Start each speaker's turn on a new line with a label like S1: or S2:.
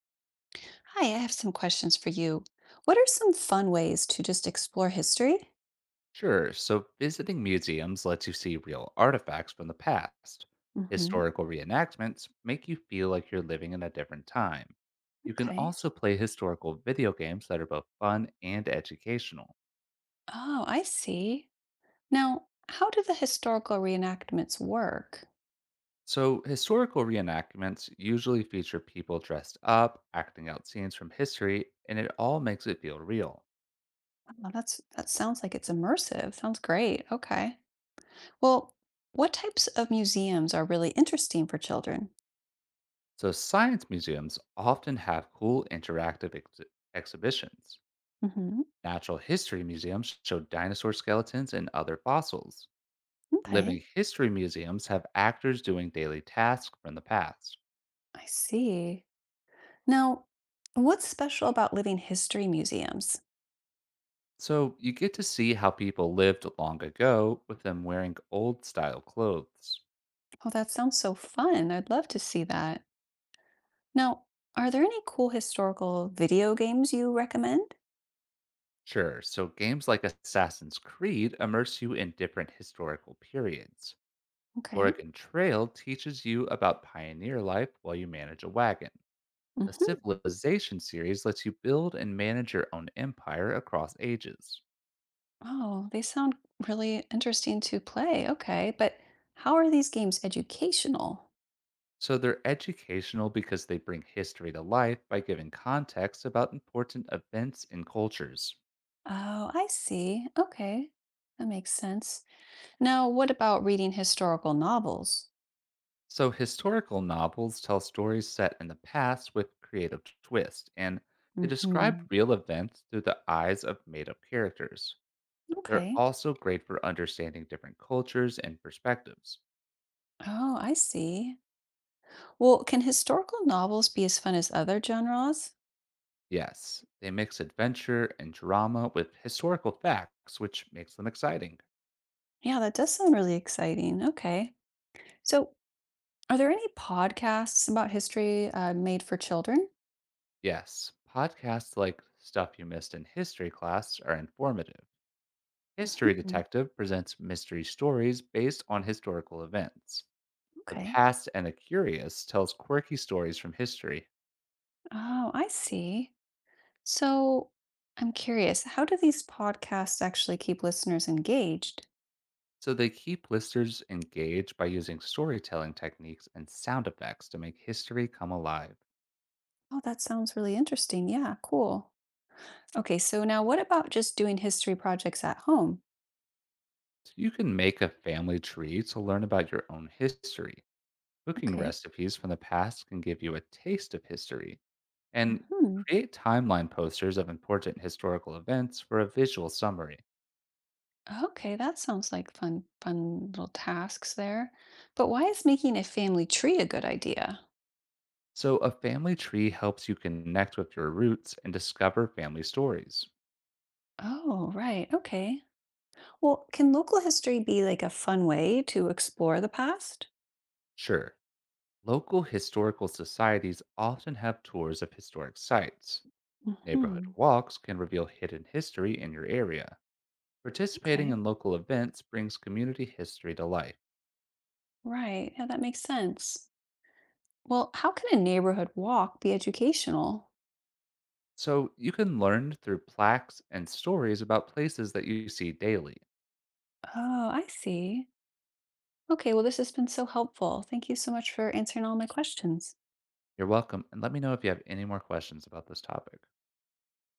S1: Hi, I have some questions for you. What are some fun ways to just explore history?
S2: Sure. So visiting museums lets you see real artifacts from the past.
S1: Hmm.
S2: Historical reenactments make you feel like you're living in a different time. You can
S1: Okay.
S2: also play historical video games that are both fun and educational.
S1: Oh, I see. Now, how do the historical reenactments work?
S2: So, historical reenactments usually feature people dressed up, acting out scenes from history, and it all makes it feel real.
S1: Wow, that sounds like it's immersive. Sounds great. Okay. Well, what types of museums are really interesting for children?
S2: So, science museums often have cool interactive exhibitions.
S1: Hmm.
S2: Natural history museums show dinosaur skeletons and other fossils.
S1: Okay.
S2: Living history museums have actors doing daily tasks from the past.
S1: I see. Now, what's special about living history museums?
S2: So you get to see how people lived long ago with them wearing old style clothes.
S1: Oh, that sounds so fun. I'd love to see that. Now, are there any cool historical video games you recommend?
S2: Sure, so games like Assassin's Creed immerse you in different historical periods.
S1: Okay.
S2: Oregon Trail teaches you about pioneer life while you manage a wagon. The
S1: Hmm.
S2: Civilization series lets you build and manage your own empire across ages.
S1: Oh, they sound really interesting to play. Okay, but how are these games educational?
S2: So they're educational because they bring history to life by giving context about important events and cultures.
S1: Oh, I see. Okay, that makes sense. Now, what about reading historical novels?
S2: So historical novels tell stories set in the past with creative twist, and they describe
S1: Hmm.
S2: real events through the eyes of made-up characters. They're
S1: Okay.
S2: also great for understanding different cultures and perspectives.
S1: Oh, I see. Well, can historical novels be as fun as other genres?
S2: Yes, they mix adventure and drama with historical facts, which makes them exciting.
S1: Yeah, that does sound really exciting. Okay. So, are there any podcasts about history made for children?
S2: Yes, podcasts like Stuff You Missed in History Class are informative. History
S1: Mhm.
S2: Detective presents mystery stories based on historical events. The
S1: Okay.
S2: Past and the Curious tells quirky stories from history,
S1: Oh, I see. So I'm curious, how do these podcasts actually keep listeners engaged?
S2: so they keep listeners engaged by using storytelling techniques and sound effects to make history come alive.
S1: Oh, that sounds really interesting. Yeah, cool. Okay, so now what about just doing history projects at home?
S2: So you can make a family tree to learn about your own history. Cooking
S1: Okay.
S2: recipes from the past can give you a taste of history, and
S1: Hmm.
S2: create timeline posters of important historical events for a visual summary.
S1: Okay, that sounds like fun, fun little tasks there. But why is making a family tree a good idea?
S2: So, a family tree helps you connect with your roots and discover family stories.
S1: Oh, right. Okay. Well, can local history be like a fun way to explore the past?
S2: Sure, local historical societies often have tours of historic sites.
S1: Hmm.
S2: Neighborhood walks can reveal hidden history in your area. Participating
S1: Okay,
S2: in local events brings community history to life.
S1: right. Yeah, that makes sense. Well, how can a neighborhood walk be educational?
S2: So you can learn through plaques and stories about places that you see daily.
S1: Oh, I see. Okay, well, this has been so helpful. Thank you so much for answering all my questions.
S2: You're welcome. And let me know if you have any more questions about this topic.